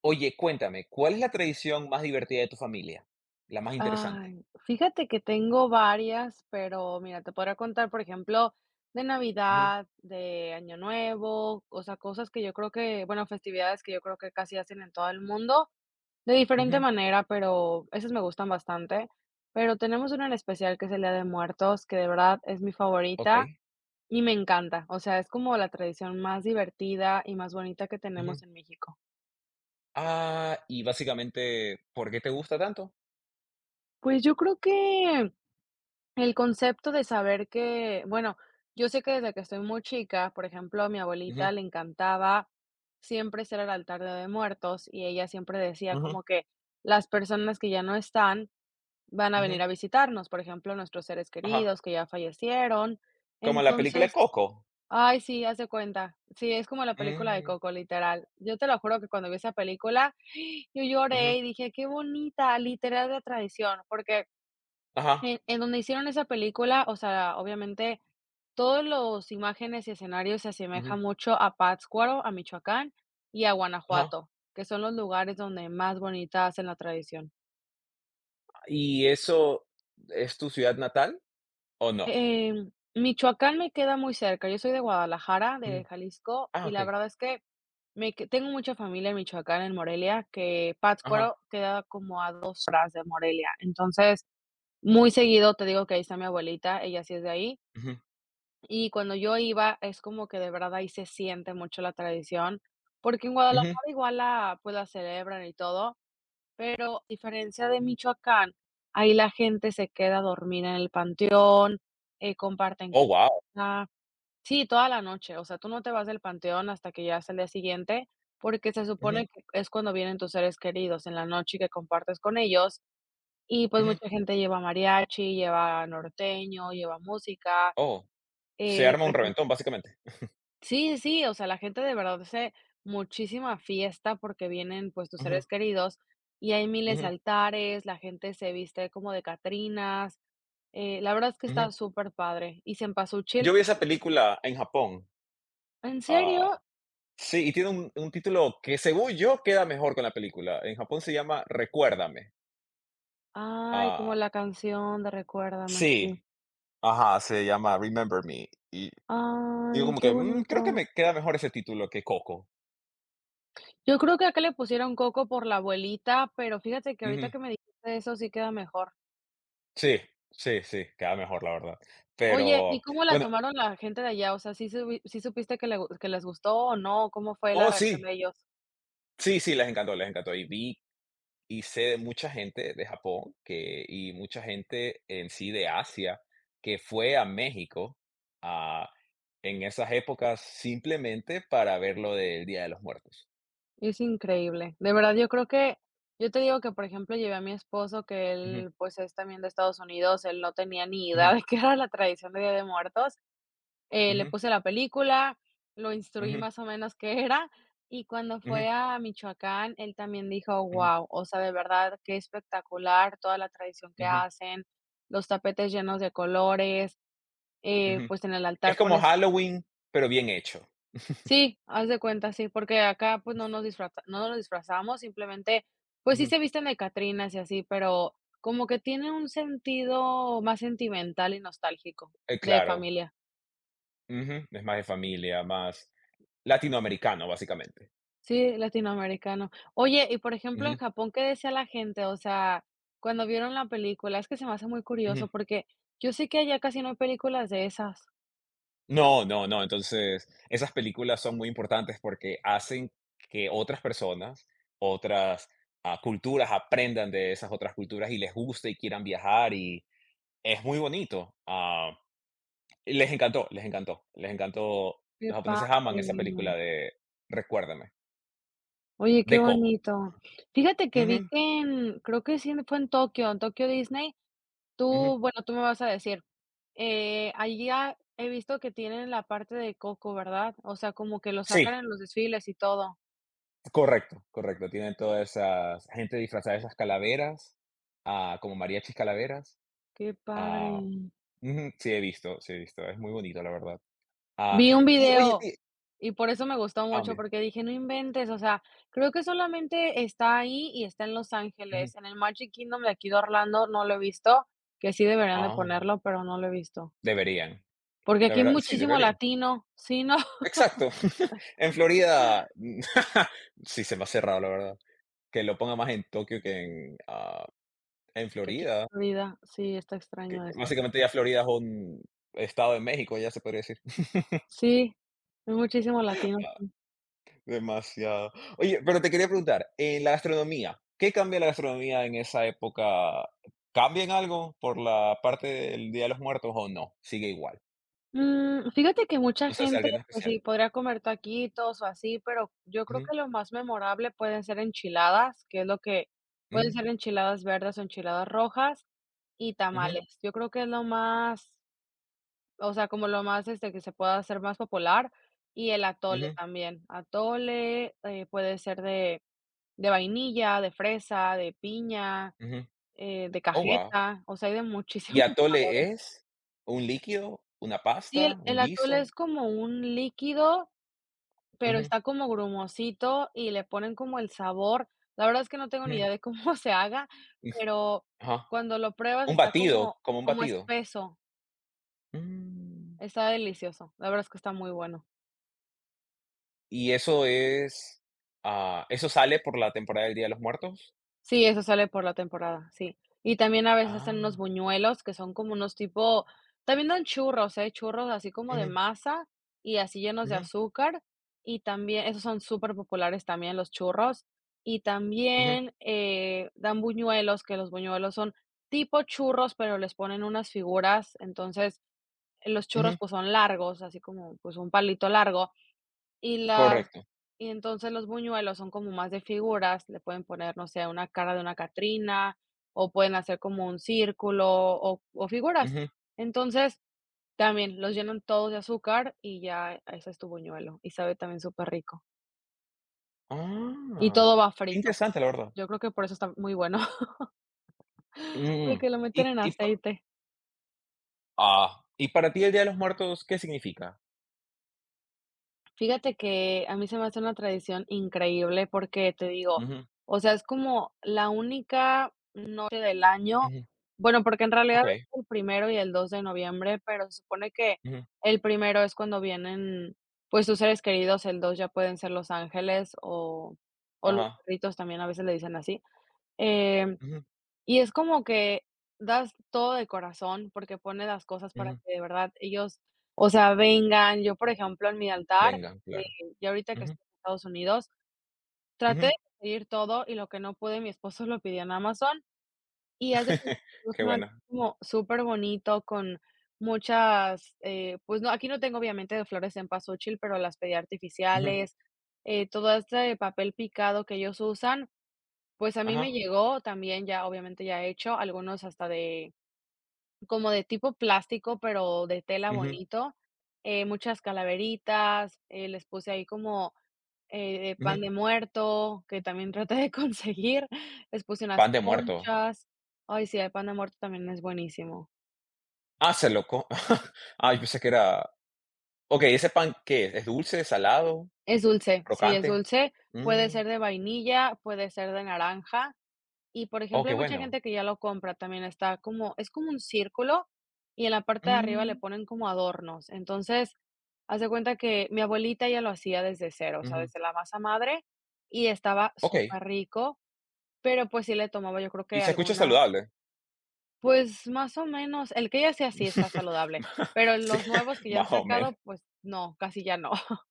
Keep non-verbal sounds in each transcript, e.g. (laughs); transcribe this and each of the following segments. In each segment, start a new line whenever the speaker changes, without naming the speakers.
Oye, cuéntame, ¿cuál es la tradición más divertida de tu familia? La más interesante.
Ay, fíjate que tengo varias, pero mira, te podría contar, por ejemplo, de
Ujú,
Navidad, de Año Nuevo, o sea, cosas que yo creo que, bueno, festividades que yo creo que casi hacen en todo el mundo, de diferente
ujú,
manera, pero esas me gustan bastante. Pero tenemos una en especial que es el Día de Muertos, que de verdad es mi favorita
okey,
y me encanta. O sea, es como la tradición más divertida y más bonita que
ujú.
tenemos en México.
Ah, y básicamente, ¿por qué te gusta tanto?
Pues yo creo que el concepto de saber que, bueno, yo sé que desde que estoy muy chica, por ejemplo, a mi
Ujú,
abuelita le encantaba siempre ser el altar de muertos y ella siempre decía
ujú,
como que las personas que ya no están van a venir
ujú,
a visitarnos, por ejemplo, nuestros seres
ajá.
queridos que ya fallecieron.
¿Como la película de
Entonces,
Coco?
ay, sí, haz de cuenta. Sí, es como la película de
Mm,
Coco, literal. Yo te lo juro que cuando vi esa película, (gasps) yo
ujú,
lloré y dije, qué bonita, literal la tradición, porque
ajá,
en donde hicieron esa película, o sea, obviamente, todos los imágenes y escenarios se
ujú,
asemejan mucho a Pátzcuaro, a Michoacán y a
ajá.
Guanajuato, que son los lugares donde más bonita hacen la tradición.
¿Y eso es tu ciudad natal o no?
Michoacán me queda muy cerca, yo soy de Guadalajara,
Mm,
de Jalisco,
ah,
y la
okey,
verdad es que me que tengo mucha familia en Michoacán, en Morelia, que
ajá,
Pátzcuaro queda como a 2 horas de Morelia. Entonces, muy seguido, te digo que ahí está mi abuelita, ella sí es de ahí.
ujú,
Y cuando yo iba, es como que de verdad ahí se siente mucho la tradición, porque en
ujú.
Guadalajara igual la, pues, la celebran y todo, pero a diferencia de Michoacán, ahí la gente se queda a dormir en el panteón, comparten
Oh, wow.
comida. Sí, toda la noche, o sea, tú no te vas del panteón hasta que ya es el día siguiente, porque se supone que es cuando vienen tus seres queridos en la noche y que compartes con ellos. Y pues mucha gente lleva mariachi, lleva norteño, lleva música.
Oh, se arma
Por
un
ejemplo
reventón, básicamente.
Sí, sí, o sea, la gente de verdad hace muchísima fiesta porque vienen, pues, tus
Ujú,
seres queridos y hay miles de
ujú,
altares, la gente se viste como de catrinas, la verdad es que
ujú.
está súper padre. Y
Yo
cempasúchil,
vi esa película en Japón,
¿en serio?
ah. Sí, y tiene un título que, según yo, queda mejor con la película. En Japón se llama Recuérdame.
Ay, como
Ah,
la canción de Recuérdame,
sí,
sí.
ajá, se llama Remember Me. Y digo
Ay,
como
qué
que, creo que
bonito.
me queda mejor ese título que Coco.
Yo creo que acá le pusieron Coco por la abuelita, pero fíjate que ahorita
Ujú.
que me dijiste eso sí queda mejor.
Sí, sí, sí, queda mejor, la verdad.
Oye, ¿y
Pero
cómo la
bueno,
tomaron la gente de allá? O sea, sí supiste que le gu que les gustó o no? ¿Cómo fue la
oh,
reacción
sí,
de ellos?
sí, sí, les encantó, les encantó. Y sé de mucha gente de Japón que y mucha gente en sí de Asia que fue a México, ah, en esas épocas simplemente para ver lo del Día de los Muertos.
Es increíble. De verdad, yo creo que yo te digo que, por ejemplo, llevé a mi esposo, que
Ujú,
él, pues, es también de Estados Unidos, él no tenía ni idea
ujú,
de qué era la tradición de Día de Muertos. Le
ujú,
puse la película, lo instruí
ujú,
más o menos qué era, y cuando
ujú,
fue a Michoacán, él también dijo: wow, o sea, de verdad, qué espectacular toda la tradición que
ujú, ujú,
hacen, los tapetes llenos de colores.
ujú.
Pues, en el
Es
altar
como
pones.
Halloween, pero bien hecho.
Sí, haz de cuenta, sí, porque acá, pues, no nos disfrazamos, simplemente, pues, sí
Ujú.
se visten de catrinas y así, pero como que tiene un sentido más sentimental y nostálgico,
Eh,
de
claro.
familia.
Ujú. Es más de familia, más latinoamericano, básicamente.
Sí, latinoamericano. Oye, y por ejemplo, en
Ujú,
Japón, ¿qué decía la gente? O sea, cuando vieron la película, es que se me hace muy
ujú.
curioso, porque yo sé que allá casi no hay películas de esas.
No, no, no. Entonces, esas películas son muy importantes porque hacen que otras personas, otras, culturas aprendan de esas otras culturas y les guste y quieran viajar y es muy bonito. Ah, y les encantó, les encantó, les encantó.
Qué
Los japoneses aman
padre.
esa película de Recuérdame,
Oye, qué
de Coco.
bonito. Fíjate que vi
Ujú,
que en creo que sí fue en Tokio Disney.
ujú.
Tú, bueno, tú me vas a decir, allí ha he visto que tienen la parte de Coco, ¿verdad? O sea, como que lo
Sí,
sacan en los desfiles y todo.
correcto, correcto. Tienen toda esa gente disfrazada de esas calaveras, como mariachis calaveras.
Qué padre.
Ah, ujú, sí he visto, sí he visto. Es muy bonito, la verdad. Ah,
Vi un
y oye,
video
y
y por eso me gustó mucho,
mira,
porque dije: "No inventes", o sea, creo que solamente está ahí y está en Los
ujú,
Ángeles. En el Magic Kingdom de aquí de Orlando no lo he visto, que sí deberían de
ah,
ponerlo, pero no lo he visto.
deberían,
Porque
la
aquí hay
verdad, sí,
muchísimo
deberían.
latino, sí, ¿no?
Exacto, (laughs) en Florida, (laughs) sí, se me hace raro, la verdad, que lo ponga más en Tokio que en
Que aquí
Florida,
en vida, sí, está
que
extraño eso.
básicamente ya Florida es un estado de México, ya se podría decir. (laughs)
Sí, hay muchísimos latinos. Sí.
Demasiado. Oye, pero te quería preguntar, en la gastronomía, ¿qué cambia la gastronomía en esa época? ¿Cambia en algo por la parte del Día de los Muertos o no? Sigue igual.
Fíjate que mucha
No se hace
gente,
algo en
pues
especial.
sí, podría comer taquitos o así, pero yo creo que lo más memorable pueden ser enchiladas, que es lo que pueden ser
Mm,
enchiladas verdes o enchiladas rojas y
ujú,
tamales. Yo creo que es lo más, o sea, como lo más este que se pueda hacer más popular y el atole
ujú,
también. Atole puede ser de vainilla, de fresa, de piña.
ujú.
De
Oh, wow.
cajeta, o sea, hay de
¿Y
muchísimos. (laughs)
atole es un líquido, una
Sí, el
pasta, un
el atole es
guiso?
como un líquido, pero
Ujú,
está como grumosito y le ponen como el sabor. La verdad es que no tengo ni
ujú,
idea de cómo (laughs) se haga,
ujú,
pero
ajá.
cuando lo pruebas
Un
está
batido,
como
como un
como
batido.
espeso,
Mm,
está delicioso. La verdad es que está muy bueno.
¿y eso es, eso sale por la temporada del Día de los Muertos?
Sí, eso sale por la temporada, sí. Y también a veces hacen unos
Ah,
buñuelos que son como unos tipo también dan churros, ¿eh? Churros así como de
ujú,
masa y así llenos de
ujú,
azúcar, y también esos son súper populares también los churros, y
ujú,
también, dan buñuelos, que los buñuelos son tipo churros, pero les ponen unas figuras, entonces, los churros,
ujú,
pues, son largos, así como, pues, un palito largo, y las
correcto,
y entonces los buñuelos son como más de figuras, le pueden poner, no sé, una cara de una Catrina, o pueden hacer como un círculo o figuras.
ujú.
Entonces, también los llenan todos de azúcar y ya ese es tu buñuelo, y sabe también súper rico. Y
Ah,
todo va
qué
frito.
interesante, la verdad.
Yo creo que por eso está muy bueno, (laughs)
Mm,
porque lo meten
y
en
y pa
aceite.
y para ti el Día de los Muertos, ¿qué significa?
Fíjate que a mí se me hace una tradición increíble porque te digo,
Ujú,
o sea, es como la única noche del año,
ujú,
bueno, porque en realidad
okey,
es el 1 y el 2 de noviembre, pero se supone que
ujú,
el 1 es cuando vienen, pues, tus seres queridos, el 2 ya pueden ser los ángeles o los
ajá.
perritos, también a veces le dicen así. em
Ujú,
y es como que das todo de corazón, porque pones las cosas para
ujú.
que de verdad ellos, o sea, vengan. Yo, por ejemplo, en mi altar,
Venga,
eh,
claro.
ya ahorita que
Ujú,
estoy en Estados Unidos, traté
ujú.
de conseguir todo y lo que no pude, mi esposo lo pidió en Amazon, y hace de cuenta
(laughs)
que
Qué
un altar
bueno.
como superbonito con muchas, pues no, aquí no tengo obviamente de flores en cempasúchil, pero las pedí
Ujú,
artificiales, todo este papel picado que ellos usan, pues, a mí
ajá,
me llegó también ya, obviamente, ya he hecho, algunos hasta de como de tipo plástico, pero de tela
ujú,
bonito, muchas calaveritas, les puse ahí como, de
ujú.
pan de muerto, que también (laughs) traté de conseguir, (laughs) les puse unas
Pan de muerto.
conchas. Ay, sí, el pan de muerto también es buenísimo.
Ah, se lo (laughs) Ah, yo pensé que era okey, ¿ese pan qué es? ¿Es dulce, salado,
Es dulce, sí, es
crocante?
dulce, puede
Mm,
ser de vainilla, puede ser de naranja. Y, por
oh,
ejemplo,
qué
hay mucha
bueno.
gente que ya lo compra también, está como es como un círculo y en la parte de arriba le
Mm,
ponen como adornos. Entonces, haz de cuenta que mi abuelita ya lo hacía desde cero, o sea,
ujú.
desde la masa madre y estaba
Okey.
súper rico, pero, pues, sí le tomaba, yo creo
Y
que
se escucha
alguna,
saludable.
pues, más o menos, el que ella hacía sí está
(laughs)
saludable, pero
Sí,
los nuevos
(laughs)
que ya han
más o menos.
sacado, pues no, casi ya no. (laughs)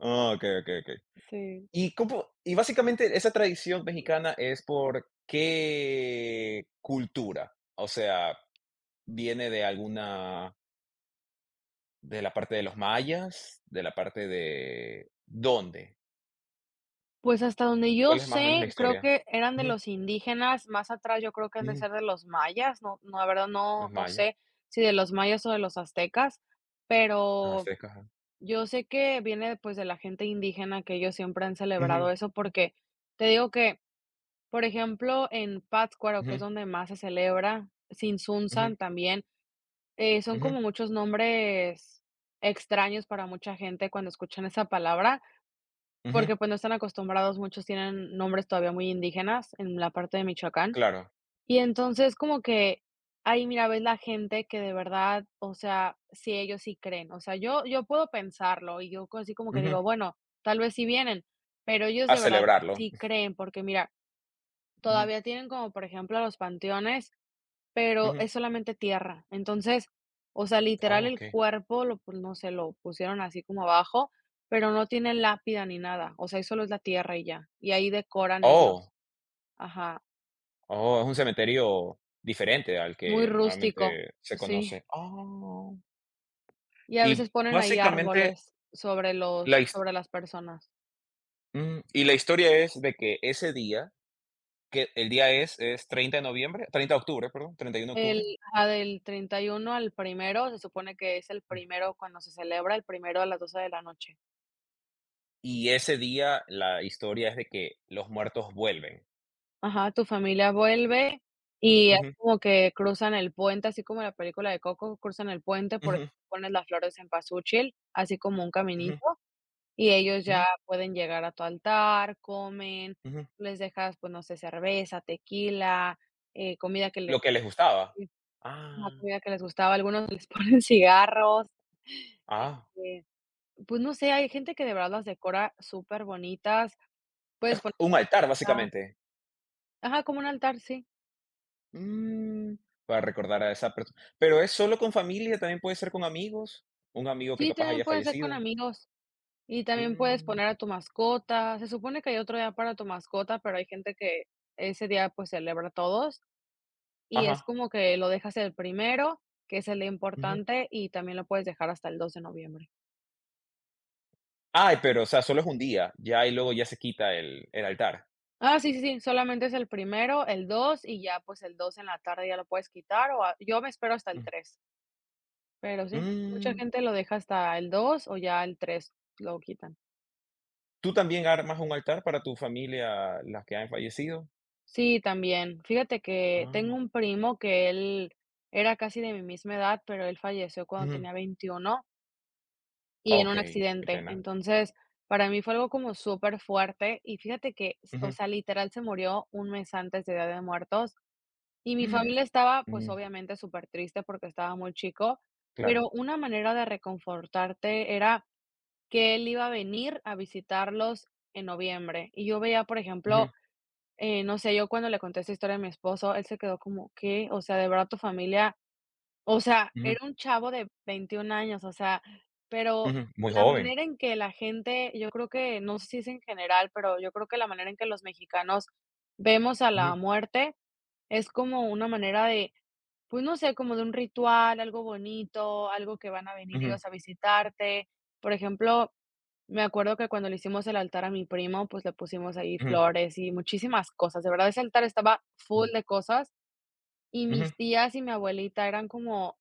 Ah, okey, okey, okey.
Sí.
Y básicamente esa tradición mexicana es, ¿por qué cultura? O sea, ¿viene de alguna de la parte de los mayas, de la parte de dónde?
Pues hasta donde yo
¿Cuál es más o menos
sé,
la
creo
historia?
que eran de
Ujú,
los indígenas, más atrás yo creo que han de
ujú,
ser de los mayas, no no, la verdad no
los
no
mayas,
sé si de los mayas o de los aztecas,
los
pero
aztecas, ajá.
yo sé que viene, pues, de la gente indígena, que ellos siempre han
Ujú,
celebrado eso, porque te digo que, por ejemplo, en Pátzcuaro, que es
ujú,
donde más se celebra,
ujú,
Sinsunzan también, son
ujú,
como muchos nombres extraños para mucha gente cuando escuchan esa palabra,
ujú,
porque, pues, no están acostumbrados, muchos tienen nombres todavía muy indígenas en la parte de Michoacán.
claro,
Y entonces como que ahí, mira, ves la gente que de verdad, o sea, sí, ellos sí creen. O sea, yo puedo pensarlo y yo co así como que
ujú,
digo, bueno, tal vez sí vienen, pero ellos
a
de verdad
celebrarlo.
sí creen, porque mira,
Ujú,
todavía tienen como, por ejemplo, los panteones, pero
ujú.
es solamente tierra. Entonces, o sea, literal
Oh,
el
okey.
cuerpo lo, pues, no sé, lo pusieron así como abajo, pero no tiene lápida ni nada. O sea, ahí solo es la tierra y ya. Y ahí decoran ellos.
Oh,
Ajá.
oh, es un cementerio diferente al
Muy
que
rústico.
normalmente se
Sí.
conoce. Oh,
Y a veces
y
ponen ahí
básicamente
árboles
la his
sobre las personas.
y la historia es de que ese día que el día es 30 de noviembre, 30 de octubre, perdón, treinta y uno de
El
octubre,
Ajá, del 31 al primero se supone que es el
Ujú.
primero cuando se celebra, el primero a las 12 de la noche.
Y ese día la historia es de que los muertos vuelven.
Ajá, tu familia vuelve y es
Ujú,
como que cruzan el puente, así como en la película de Coco, cruzan el puente, por eso
ujú,
pones las flores en pasuchil, así como un
ujú,
caminito, y ellos ya
ujú,
pueden llegar a tu altar, comen,
ujú.
les dejas, pues, no sé, cerveza, tequila, comida que les
Lo que les gustaba.
ajá,
Ah,
comida que les gustaba, algunos les (laughs) ponen cigarros,
ah,
este, pues, no sé, hay gente que de verdad las decora súper bonitas. Puedes poner
un altar,
Ah,
básicamente.
ajá, como un altar, sí.
Mm, para recordar a esa persona. Pero es solo con familia, también puede ser con amigos, un amigo que
Sí,
capaz
también
haya
puede ser con
fallecido.
amigos y también puedes
Mm,
poner a tu mascota. Se supone que hay otro día para tu mascota, pero hay gente que ese día, pues, celebra a todos y es
ajá,
como que lo dejas el primero, que es el día
ujú.
importante, y también lo puedes dejar hasta el 2 de noviembre.
Ay, pero, o sea, solo es un día, ya, y luego ya se quita el altar.
Ah, sí, sí, sí, solamente es el primero, el 2 y ya, pues, el 2 en la tarde ya lo puedes quitar o a yo me espero hasta el
Mm.
3, pero sí, mucha
Mm.
gente lo deja hasta el 2 o ya el 3 lo quitan.
¿Tú también armas un altar para tu familia, las que han fallecido?
Sí, también. Fíjate que tengo
Ah,
un primo que él era casi de mi misma edad, pero él falleció cuando
ujú.
tenía 21 y en un
Okey, qué
accidente.
pena.
Entonces, para mí fue algo como súper fuerte y fíjate que, o
Ujú.
sea, literal se murió un mes antes de Día de Muertos y mi
Mm,
familia estaba, pues,
mm,
obviamente súper triste porque estaba muy chico,
claro.
pero una manera de reconfortarte era que él iba a venir a visitarlos en noviembre y yo veía, por
Ujú,
ejemplo, no sé, yo cuando le conté esta historia a mi esposo, él se quedó como: "¿Qué? O sea, ¿de verdad tu familia, o sea,
ujú,
era un chavo de 21 años, o sea, pero
ujú. Muy
la
joven.
manera en que la gente, yo creo que, no sé si es en general, pero yo creo que la manera en que los mexicanos vemos a
Ujú,
la muerte es como una manera de, pues, no sé, como de un ritual, algo bonito, algo que van a venir
ujú,
ellos a visitarte. Por ejemplo, me acuerdo que cuando le hicimos el altar a mi primo, pues le pusimos ahí
ujú,
flores y muchísimas cosas. De verdad, ese altar estaba full
mm,
de cosas. Y
ujú,
mis tías y mi abuelita eran como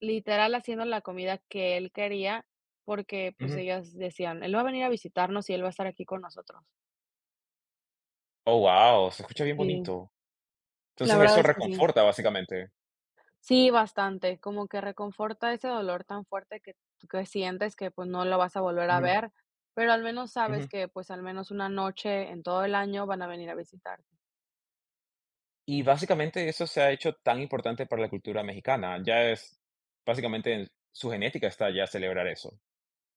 literal haciendo la comida que él quería, porque, pues,
ujú.
ellas decían: "Él va a venir a visitarnos y él va a estar aquí con nosotros".
Oh, wow. Se escucha bien
Sí,
bonito.
la
Entonces,
verdad
eso
es que sí.
reconforta, básicamente.
Sí, bastante, como que reconforta ese dolor tan fuerte que sientes que, pues, no lo vas a volver a
Ujú,
ver, pero al menos sabes
ujú.
que, pues, al menos una noche en todo el año van a venir a visitar.
Y, básicamente, eso se ha hecho tan importante para la cultura mexicana. Ya es básicamente, en su genética está ya celebrar eso.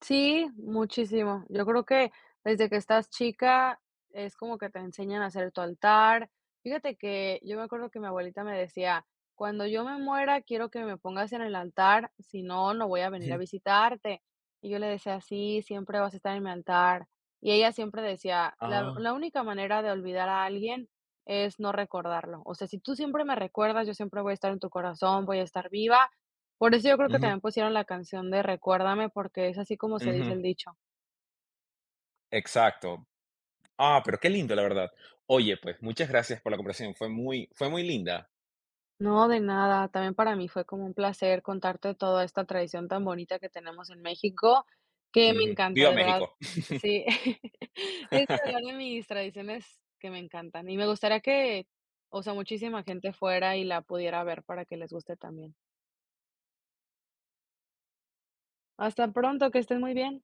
Sí, muchísimo. Yo creo que desde que estás chica es como que te enseñan a hacer tu altar. Fíjate que yo me acuerdo que mi abuelita me decía: "Cuando yo me muera, quiero que me pongas en el altar, si no, no voy a venir a
Ujú.
visitarte". Y yo le decía: "Sí, siempre vas a estar en mi altar". Y ella siempre decía: "La
Ah,
la única manera de olvidar a alguien es no recordarlo. O sea, si tú siempre me recuerdas, yo siempre voy a estar en tu corazón, voy a estar viva", por eso yo creo que
ujú,
también pusieron la canción de Recuérdame, porque es así como se dice
ujú.
el dicho.
Exacto. Ah, pero qué lindo, la verdad. Oye, pues, muchas gracias por la conversación, fue muy linda.
No, de nada. También para mí fue como un placer contarte toda esta tradición tan bonita que tenemos en México, que me
Ujú.
encanta,
Viva
de verdad.
México.
Sí, (laughs) es de
(laughs)
verdad de mis tradiciones que me encantan y me gustaría que, o sea, muchísima gente fuera y la pudiera ver para que les guste también. Hasta pronto, que estés muy bien.